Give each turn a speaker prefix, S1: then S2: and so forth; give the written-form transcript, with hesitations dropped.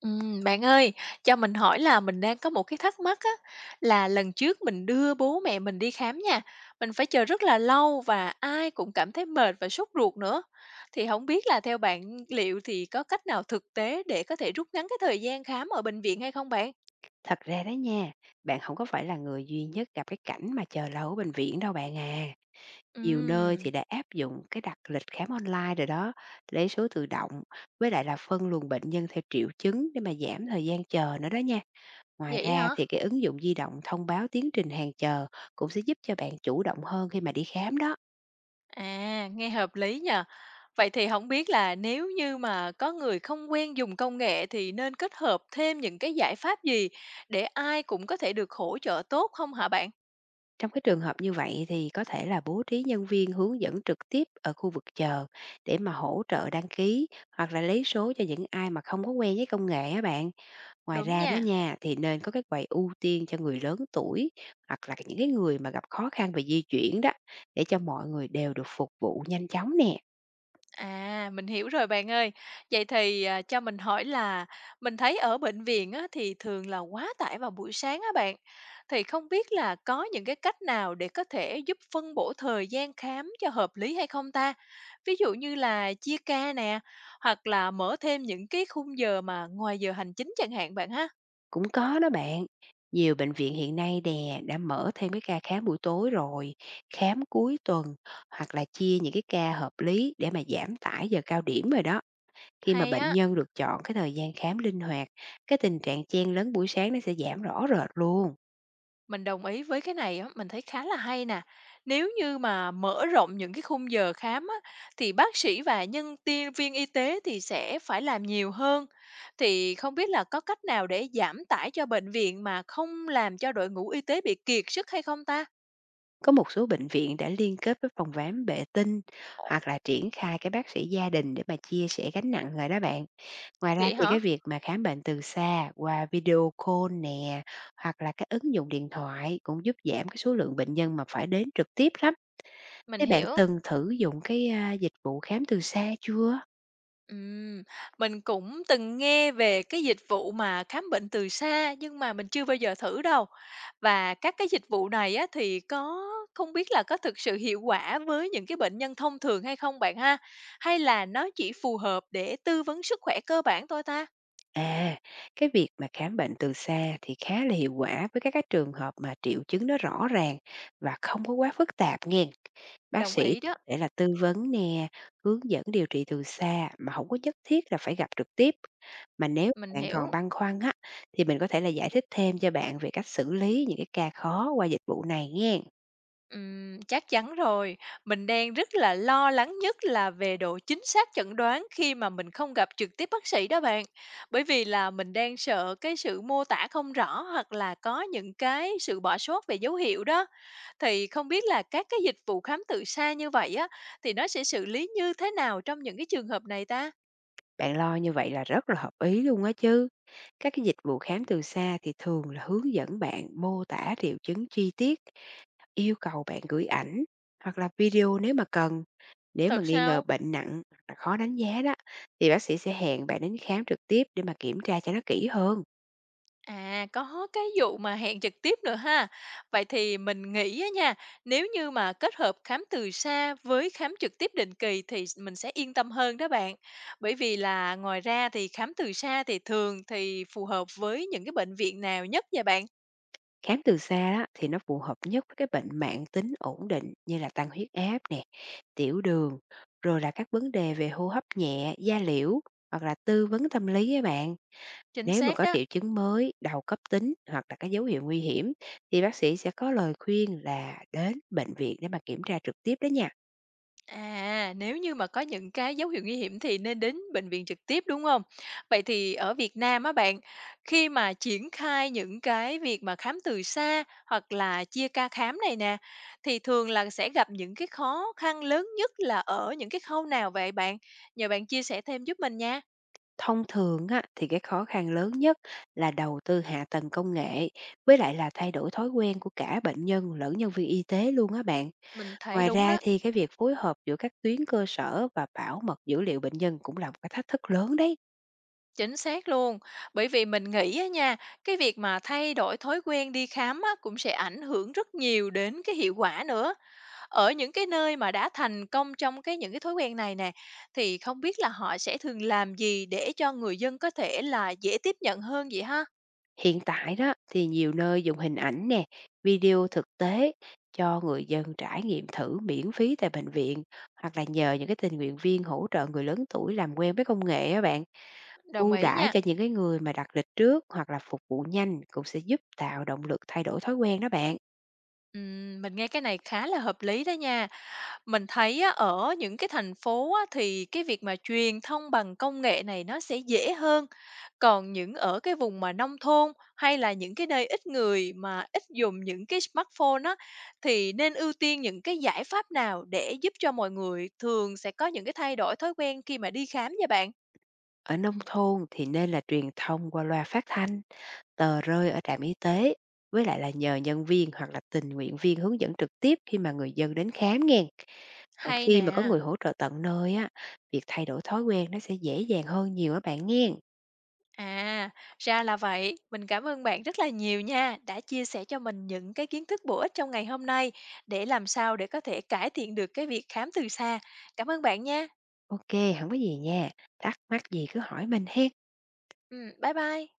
S1: Bạn ơi, cho mình hỏi là mình đang có một cái thắc mắc á, là lần trước mình đưa bố mẹ mình đi khám nha, mình phải chờ rất là lâu và ai cũng cảm thấy mệt và sốt ruột nữa. Thì không biết là theo bạn liệu thì có cách nào thực tế để có thể rút ngắn cái thời gian khám ở bệnh viện hay không bạn?
S2: Thật ra đó nha, bạn không có phải là người duy nhất gặp cái cảnh mà chờ lâu ở bệnh viện đâu bạn à. Nhiều nơi
S1: Ừm,
S2: thì đã áp dụng cái đặt lịch khám online rồi đó, lấy số tự động, với lại là phân luồng bệnh nhân theo triệu chứng để mà giảm thời gian chờ nữa đó nha. Ngoài
S1: vậy
S2: ra
S1: hả?
S2: thì cái ứng dụng di động thông báo tiến trình hàng chờ cũng sẽ giúp cho bạn chủ động hơn khi mà đi khám đó.
S1: À, nghe hợp lý nhờ. Vậy thì không biết là nếu như mà có người không quen dùng công nghệ thì nên kết hợp thêm những cái giải pháp gì để ai cũng có thể được hỗ trợ tốt không hả bạn?
S2: Trong cái trường hợp như vậy thì có thể là bố trí nhân viên hướng dẫn trực tiếp ở khu vực chờ để mà hỗ trợ đăng ký hoặc là lấy số cho những ai mà không có quen với công nghệ á bạn. Ngoài
S1: Đúng
S2: ra đó
S1: nha.
S2: nha, thì nên có cái quầy ưu tiên cho người lớn tuổi hoặc là những cái người mà gặp khó khăn về di chuyển đó, để cho mọi người đều được phục vụ nhanh chóng nè.
S1: À, mình hiểu rồi bạn ơi. Vậy thì, à, cho mình hỏi là mình thấy ở bệnh viện á, thì thường là quá tải vào buổi sáng á bạn, thì không biết là có những cái cách nào để có thể giúp phân bổ thời gian khám cho hợp lý hay không ta? Ví dụ như là chia ca nè, hoặc là mở thêm những cái khung giờ mà ngoài giờ hành chính chẳng hạn bạn ha.
S2: Cũng có đó bạn. Nhiều bệnh viện hiện nay nè đã mở thêm cái ca khám buổi tối rồi, khám cuối tuần, hoặc là chia những cái ca hợp lý để mà giảm tải giờ cao điểm rồi đó. Khi mà
S1: Hay
S2: bệnh
S1: á.
S2: nhân được chọn cái thời gian khám linh hoạt, cái tình trạng chen lấn buổi sáng nó sẽ giảm rõ rệt luôn.
S1: Mình đồng ý với cái này á, mình thấy khá là hay nè. Nếu như mà mở rộng những cái khung giờ khám á, thì bác sĩ và nhân tiên viên y tế thì sẽ phải làm nhiều hơn. Thì không biết là có cách nào để giảm tải cho bệnh viện mà không làm cho đội ngũ y tế bị kiệt sức hay không ta?
S2: Có một số bệnh viện đã liên kết với phòng khám vệ tinh hoặc là triển khai cái bác sĩ gia đình để mà chia sẻ gánh nặng rồi đó bạn. Ngoài ra
S1: Vậy
S2: thì
S1: hả?
S2: cái việc mà khám bệnh từ xa qua video call nè, hoặc là các ứng dụng điện thoại cũng giúp giảm cái số lượng bệnh nhân mà phải đến trực tiếp lắm.
S1: Mình
S2: Thế bạn
S1: hiểu.
S2: từng thử dụng cái dịch vụ khám từ xa chưa?
S1: Ừm, mình cũng từng nghe về cái dịch vụ mà khám bệnh từ xa nhưng mà mình chưa bao giờ thử đâu. Và các cái dịch vụ này á thì có không biết là có thực sự hiệu quả với những cái bệnh nhân thông thường hay không bạn ha? Hay là nó chỉ phù hợp để tư vấn sức khỏe cơ bản thôi ta?
S2: À, cái việc mà khám bệnh từ xa thì khá là hiệu quả với các cái trường hợp mà triệu chứng nó rõ ràng và không có quá phức tạp nghe. Bác
S1: Đồng
S2: sĩ
S1: ý đó,
S2: để là tư vấn nè, hướng dẫn điều trị từ xa mà không có nhất thiết là phải gặp trực tiếp. Mà nếu
S1: mình
S2: bạn còn
S1: hiểu.
S2: băn khoăn á, thì mình có thể là giải thích thêm cho bạn về cách xử lý những cái ca khó qua dịch vụ này nghe.
S1: Chắc chắn rồi. Mình đang rất là lo lắng nhất là về độ chính xác chẩn đoán khi mà mình không gặp trực tiếp bác sĩ đó bạn. Bởi vì là mình đang sợ cái sự mô tả không rõ hoặc là có những cái sự bỏ sót về dấu hiệu đó. Thì không biết là các cái dịch vụ khám từ xa như vậy á, thì nó sẽ xử lý như thế nào trong những cái trường hợp này ta?
S2: Bạn lo như vậy là rất là hợp ý luôn á chứ. Các cái dịch vụ khám từ xa thì thường là hướng dẫn bạn mô tả triệu chứng chi tiết, yêu cầu bạn gửi ảnh hoặc là video nếu mà cần. Nếu mà
S1: Thật
S2: nghi ngờ
S1: sao?
S2: bệnh nặng hoặc là khó đánh giá đó, thì bác sĩ sẽ hẹn bạn đến khám trực tiếp để mà kiểm tra cho nó kỹ hơn.
S1: À, có cái vụ mà hẹn trực tiếp nữa ha. Vậy thì mình nghĩ á nha, nếu như mà kết hợp khám từ xa với khám trực tiếp định kỳ thì mình sẽ yên tâm hơn đó bạn. Bởi vì là ngoài ra thì khám từ xa thì thường thì phù hợp với những cái bệnh viện nào nhất vậy bạn?
S2: Khám từ xa đó thì nó phù hợp nhất với cái bệnh mạng tính ổn định, như là tăng huyết áp nè, tiểu đường, rồi là các vấn đề về hô hấp nhẹ, da liễu, hoặc là tư vấn tâm lý với bạn.
S1: Chính
S2: Nếu mà
S1: xác
S2: có
S1: đó.
S2: triệu chứng mới, đầu cấp tính, hoặc là cái dấu hiệu nguy hiểm thì bác sĩ sẽ có lời khuyên là đến bệnh viện để mà kiểm tra trực tiếp đó nha.
S1: À, nếu như mà có những cái dấu hiệu nguy hiểm thì nên đến bệnh viện trực tiếp, đúng không? Vậy thì ở Việt Nam á bạn, khi mà triển khai những cái việc mà khám từ xa hoặc là chia ca khám này nè, thì thường là sẽ gặp những cái khó khăn lớn nhất là ở những cái khâu nào vậy bạn? Nhờ bạn chia sẻ thêm giúp mình nha.
S2: Thông thường á, thì cái khó khăn lớn nhất là đầu tư hạ tầng công nghệ, với lại là thay đổi thói quen của cả bệnh nhân lẫn nhân viên y tế luôn á bạn.
S1: Mình thấy
S2: Ngoài
S1: đúng
S2: ra
S1: đó,
S2: thì cái việc phối hợp giữa các tuyến cơ sở và bảo mật dữ liệu bệnh nhân cũng là một cái thách thức lớn đấy.
S1: chính xác luôn. Bởi vì mình nghĩ á nha, cái việc mà thay đổi thói quen đi khám á, cũng sẽ ảnh hưởng rất nhiều đến cái hiệu quả nữa. Ở những cái nơi mà đã thành công trong những cái thói quen này nè, thì không biết là họ sẽ thường làm gì để cho người dân có thể là dễ tiếp nhận hơn vậy ha?
S2: Hiện tại đó thì nhiều nơi dùng hình ảnh nè, video thực tế cho người dân trải nghiệm thử miễn phí tại bệnh viện, hoặc là nhờ những cái tình nguyện viên hỗ trợ người lớn tuổi làm quen với công nghệ á bạn.
S1: Đồng
S2: Ưu
S1: ý
S2: đãi
S1: nha.
S2: cho những cái người mà đặt lịch trước hoặc là phục vụ nhanh cũng sẽ giúp tạo động lực thay đổi thói quen đó bạn.
S1: Mình nghe cái này khá là hợp lý đó nha. Mình thấy á, ở những cái thành phố á, thì cái việc mà truyền thông bằng công nghệ này nó sẽ dễ hơn. Còn ở cái vùng mà nông thôn hay là những cái nơi ít người mà ít dùng những cái smartphone á, thì nên ưu tiên những cái giải pháp nào để giúp cho mọi người thường sẽ có những cái thay đổi thói quen khi mà đi khám nha bạn?
S2: Ở nông thôn thì nên là truyền thông qua loa phát thanh, tờ rơi ở trạm y tế, với lại là nhờ nhân viên hoặc là tình nguyện viên hướng dẫn trực tiếp khi mà người dân đến khám nghe. Còn
S1: Hay
S2: khi mà có
S1: nè.
S2: người hỗ trợ tận nơi á, việc thay đổi thói quen nó sẽ dễ dàng hơn nhiều á bạn nghe.
S1: À, ra là vậy. Mình cảm ơn bạn rất là nhiều nha, đã chia sẻ cho mình những cái kiến thức bổ ích trong ngày hôm nay để làm sao để có thể cải thiện được cái việc khám từ xa. Cảm ơn bạn nha.
S2: Ok, không có gì nha. Thắc mắc gì cứ hỏi mình hen.
S1: Ừ, bye bye.